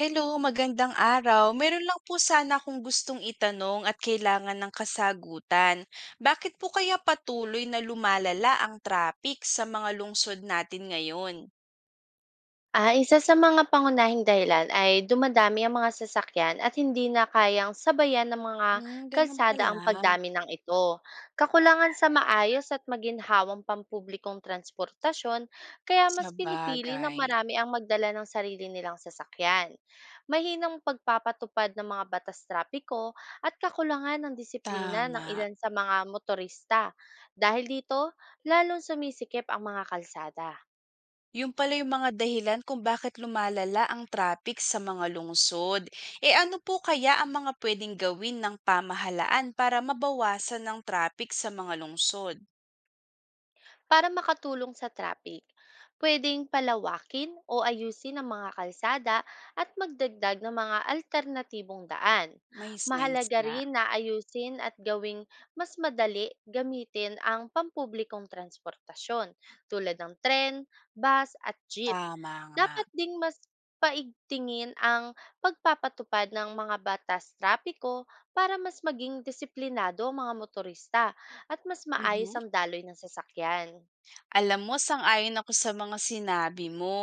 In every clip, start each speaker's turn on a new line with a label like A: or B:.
A: Hello, magandang araw. Meron lang po sana akong gustong itanong at kailangan ng kasagutan. Bakit po kaya patuloy na lumalala ang traffic sa mga lungsod natin ngayon?
B: Isa sa mga pangunahing dahilan ay dumadami ang mga sasakyan at hindi na kayang sabayan ng mga
A: Hmm, ganun
B: kalsada
A: pala.
B: ang pagdami ng ito. Kakulangan sa maayos at maginhawang pampublikong transportasyon, kaya
A: Sa
B: mas pinipili ng
A: bagay.
B: marami ang magdala ng sarili nilang sasakyan. Mahinang pagpapatupad ng mga batas trapiko at kakulangan ng disiplina ng
A: Tama.
B: ilan sa mga motorista. Dahil dito, lalong sumisikip ang mga kalsada.
A: Yung pala yung mga dahilan kung bakit lumalala ang traffic sa mga lungsod. E ano po kaya ang mga pwedeng gawin ng pamahalaan para mabawasan ng traffic sa mga lungsod?
B: Para makatulong sa traffic, pwedeng palawakin o ayusin ang mga kalsada at magdagdag ng mga alternatibong daan.
A: May sense
B: Mahalaga
A: nga.
B: rin na ayusin at gawing mas madali gamitin ang pampublikong transportasyon tulad ng tren, bus at jeep.
A: Tama nga.
B: Dapat ding mas paigtingin ang pagpapatupad ng mga batas trapiko para mas maging disiplinado ang mga motorista at mas maayos
A: Mhm.
B: ang daloy ng sasakyan.
A: Alam mo, sang-ayon ako sa mga sinabi mo.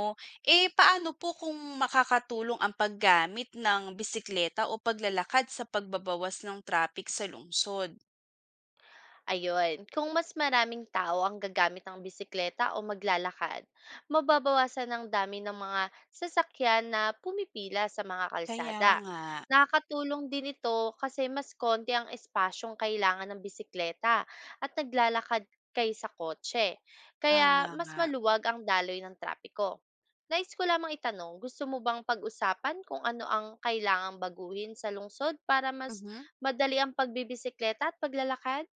A: Eh, paano po kung makakatulong ang paggamit ng bisikleta o paglalakad sa pagbabawas ng traffic sa lungsod?
B: Ayun, kung mas maraming tao ang gagamit ng bisikleta o maglalakad, mababawasan ang dami ng mga sasakyan na pumipila sa mga
A: Kaya
B: kalsada.
A: nga,
B: Nakakatulong din ito kasi mas konti ang espasyong kailangan ng bisikleta at naglalakad kaysa kotse.
A: tama
B: Kaya mas
A: nga.
B: maluwag ang daloy ng trapiko. Nais ko lamang itanong, gusto mo bang pag-usapan kung ano ang kailangang baguhin sa lungsod para mas
A: Mhm.
B: madali ang pagbibisikleta at paglalakad?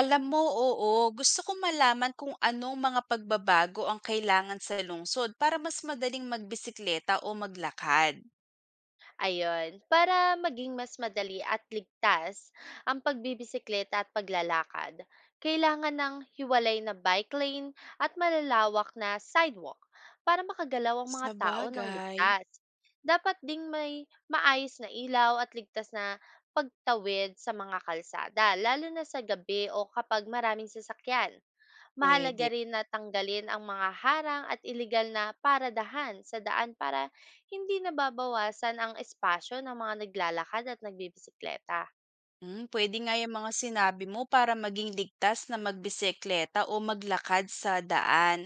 A: Alam mo, oo, gusto kong malaman kung anong mga pagbabago ang kailangan sa lungsod para mas madaling magbisikleta o maglakad.
B: Ayun, para maging mas madali at ligtas ang pagbibisikleta at paglalakad, kailangan ng hiwalay na bike lane at malalawak na sidewalk para makagalaw ang mga tao ng
A: Sabagay,
B: ligtas. Dapat ding may maayos na ilaw at ligtas na pagtawid sa mga kalsada, lalo na sa gabi o kapag maraming sasakyan. Mahalaga
A: pwede.
B: rin na tanggalin ang mga harang at iligal na paradahan sa daan para hindi nababawasan ang espasyo ng mga naglalakad at nagbibisikleta.
A: Hmm, puwede nga 'yang mga sinabi mo para maging ligtas na magbisikleta o maglakad sa daan.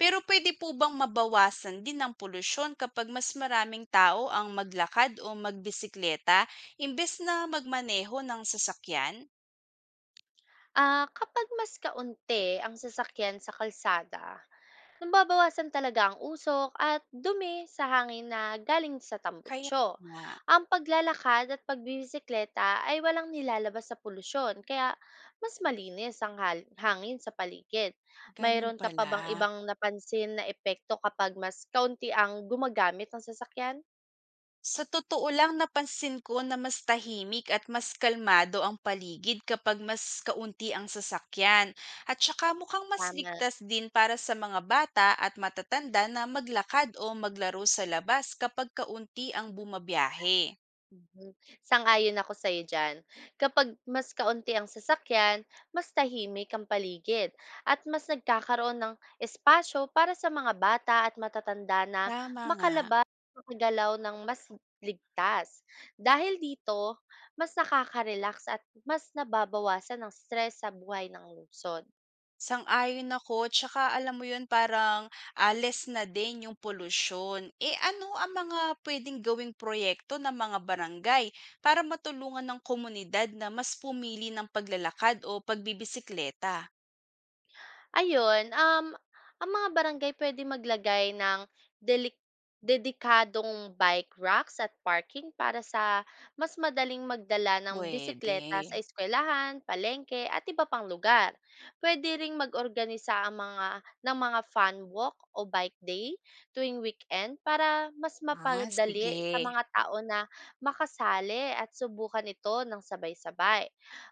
A: Pero puwede po bang mabawasan din ang polusyon kapag mas maraming tao ang maglakad o magbisikleta imbes na magmaneho ng sasakyan?
B: Kapag mas kaunti ang sasakyan sa kalsada, nababawasan talaga ang usok at dumi sa hangin na galing sa
A: Kaya
B: tambutso.
A: nga,
B: Ang paglalakad at pagbibisikleta ay walang nilalabas sa polusyon, kaya mas malinis ang hangin sa paligid.
A: gano'n
B: Mayroon ka pa
A: pala.
B: bang ibang napansin na epekto kapag mas kaunti ang gumagamit ng sasakyan?
A: Sa totoo lang, napansin ko na mas tahimik at mas kalmado ang paligid kapag mas kaunti ang sasakyan. At saka mukhang mas
B: Tama.
A: ligtas din para sa mga bata at matatanda na maglakad o maglaro sa labas kapag kaunti ang bumabiyahe.
B: Mhm. Sang-ayon ako sa'yo diyan. Kapag mas kaunti ang sasakyan, mas tahimik ang paligid at mas nagkakaroon ng espasyo para sa mga bata at matatanda na
A: Tama nga.
B: makalabas at makagalaw ng mas ligtas. Dahil dito, mas nakaka-relax at mas nababawasan ang stress sa buhay ng lungsod.
A: Sang-ayon ako, tsaka alam mo 'yun, parang ales na din yung polusyon. Eh, ano ang mga puwedeng gawing proyekto ng mga barangay para matulungan ng komunidad na mas pumili ng paglalakad o pagbibisikleta?
B: Ayun, ang mga barangay pwede maglagay ng delik dedikadong bike racks at parking para sa mas madaling magdala ng
A: Pwede.
B: bisikleta sa eskuwelahan, palengke at iba pang lugar. Pwede ring mag-organisa ang mga ng mga fun walk o bike day tuwing weekend para mas
A: Ah, sige.
B: mapadali sa mga tao na makasali at subukan ito ng sabay-sabay.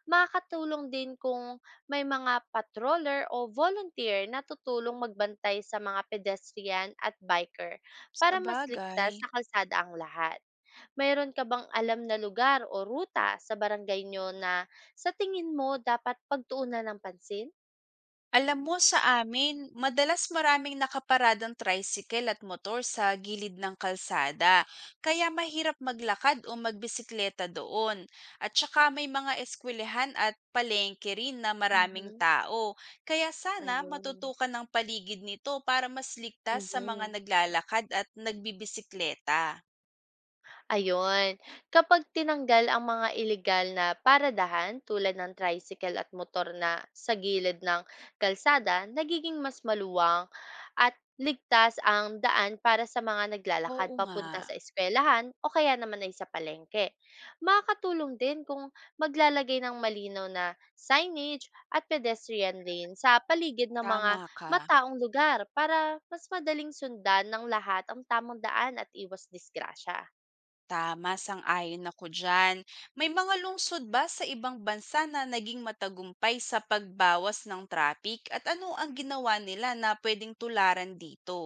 B: Makakatulong din kung may mga patroller o volunteer na tutulong magbantay sa mga pedestrian at biker
A: Sa
B: para mas
A: bagay.
B: ligtas sa kalsada ang lahat. Mayroon ka bang alam na lugar o ruta sa barangay nyo na sa tingin mo dapat pagtuunan ng pansin?
A: Alam mo, sa amin madalas maraming nakaparadang tricycle at motor sa gilid ng kalsada, kaya mahirap maglakad o magbisikleta doon. At saka may mga eskwelahan at palengke rin na maraming
B: Mhm.
A: tao, kaya sana
B: Ayun.
A: matutukan ng paligid nito para mas ligtas sa mga
B: Mhm.
A: naglalakad at nagbibisikleta.
B: Ayun, kapag tinanggal ang mga ilegal na paradahan tulad ng tricycle at motor na sa gilid ng kalsada, nagiging mas maluwang at ligtas ang daan para sa mga
A: Oo
B: naglalakad
A: nga,
B: papunta sa eskwelahan o kaya naman ay sa palengke. Makakatulong din kung maglalagay ng malinaw na signage at pedestrian lane sa paligid ng mga
A: tama ka.
B: mataong lugar para mas madaling sundan ng lahat ang tamang daan at iwas disgrasya.
A: Tama, sang-ayon ako diyan. May mga lungsod ba sa ibang bansa na naging matagumpay sa pagbawas ng traffic, at ano ang ginawa nila na pwedeng tularan dito?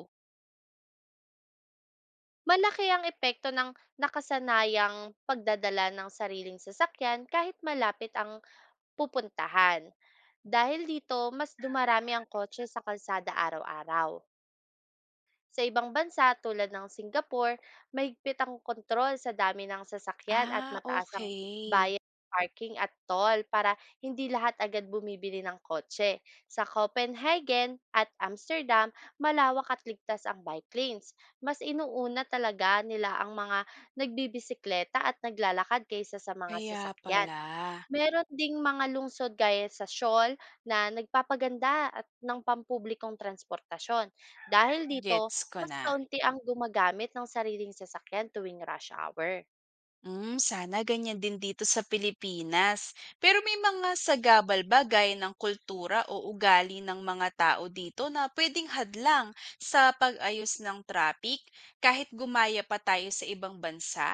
B: Malaki ang epekto ng nakasanayang pagdadala ng sariling sasakyan kahit malapit ang pupuntahan. Dahil dito, mas dumarami ang kotse sa kalsada araw-araw. Sa ibang bansa tulad ng Singapore, mahigpit ang kontrol sa dami ng sasakyan at
A: Ah,
B: mataas ang
A: okay.
B: bayad parking at toll para hindi lahat agad bumibili ng kotse. Sa Copenhagen at Amsterdam, malawak at ligtas ang bike lanes. Mas inuuna talaga nila ang mga nagbibisikleta at naglalakad kaysa sa mga
A: Kaya
B: sasakyan.
A: pala,
B: Meron ding mga lungsod gaya sa Siol na nagpapaganda at ng pampublikong transportasyon. Dahil dito,
A: gets ko
B: mas
A: na.
B: kaunti ang gumagamit ng sariling sasakyan tuwing rush hour.
A: Hmm, sana ganyan din dito sa Pilipinas. Pero may mga sagabal ba gaya ng kultura o ugali ng mga tao dito na pwedeng hadlang sa pag-ayos ng traffic kahit gumaya pa tayo sa ibang bansa?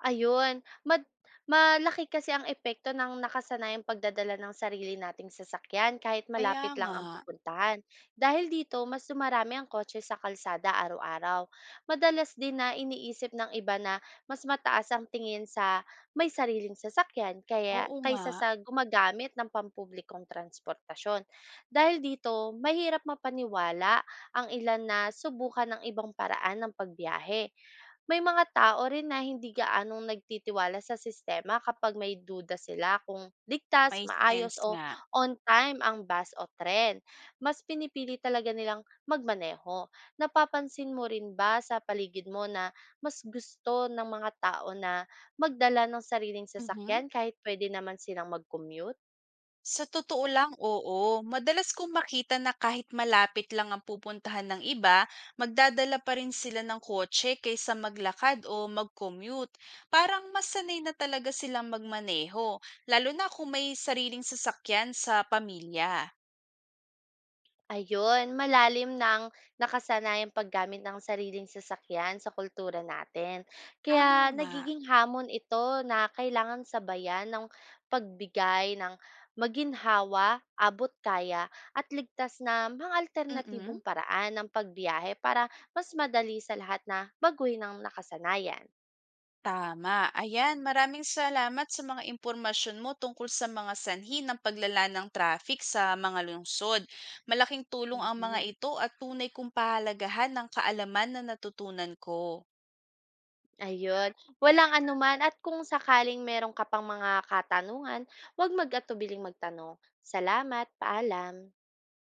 B: Ayun, malaki kasi ang epekto ng nakasanayang pagdadala ng sarili nating sasakyan kahit
A: Kaya
B: malapit lang
A: nga,
B: ang pupuntahan. Dahil dito, mas dumarami ang kotse sa kalsada araw-araw. Madalas din na iniisip ng iba na mas mataas ang tingin sa may sariling sasakyan kaya
A: oo nga,
B: kaysa sa gumagamit ng pampublikong transportasyon. Dahil dito, mahirap mapaniwala ang ilan na subukan ng ibang paraan ng pagbiyahe, may mga tao rin na hindi gaanong nagtitiwala sa sistema kapag may duda sila kung ligtas,
A: may
B: maayos
A: sense
B: o
A: nga.
B: on time ang bus o tren. Mas pinipili talaga nilang magmaneho. Napapansin mo rin ba sa paligid mo na mas gusto ng mga tao na magdala ng sariling
A: Mhm.
B: sasakyan kahit pwede naman silang mag-commute?
A: Sa totoo lang, oo. Madalas kong makita na kahit malapit lang ang pupuntahan ng iba, magdadala pa rin sila ng kotse kaysa maglakad o mag-commute. Parang mas sanay na talaga silang magmaneho, lalo na kung may sariling sasakyan sa pamilya.
B: Ayun, malalim ng nakasanayang paggamit ng sariling sasakyan sa kultura natin. Kaya
A: Tama nga.
B: nagiging hamon ito na kailangan sabayan ng pagbigay ng maginhawa, abot kaya at ligtas na mga
A: mm
B: alternatibong paraan ng pagbiyahe para mas madali sa lahat na baguhin ang nakasanayan.
A: Tama. Ayan, maraming salamat sa mga impormasyon mo tungkol sa mga sanhi ng paglala ng traffic sa mga lungsod. Malaking tulong ang mga
B: Mhm.
A: ito at tunay kong pahalagahan ng kaalaman na natutunan ko.
B: Ayun, walang anuman at kung sakaling meron ka pang mga katanungan, huwag mag-atubiling magtanong. Salamat, paalam.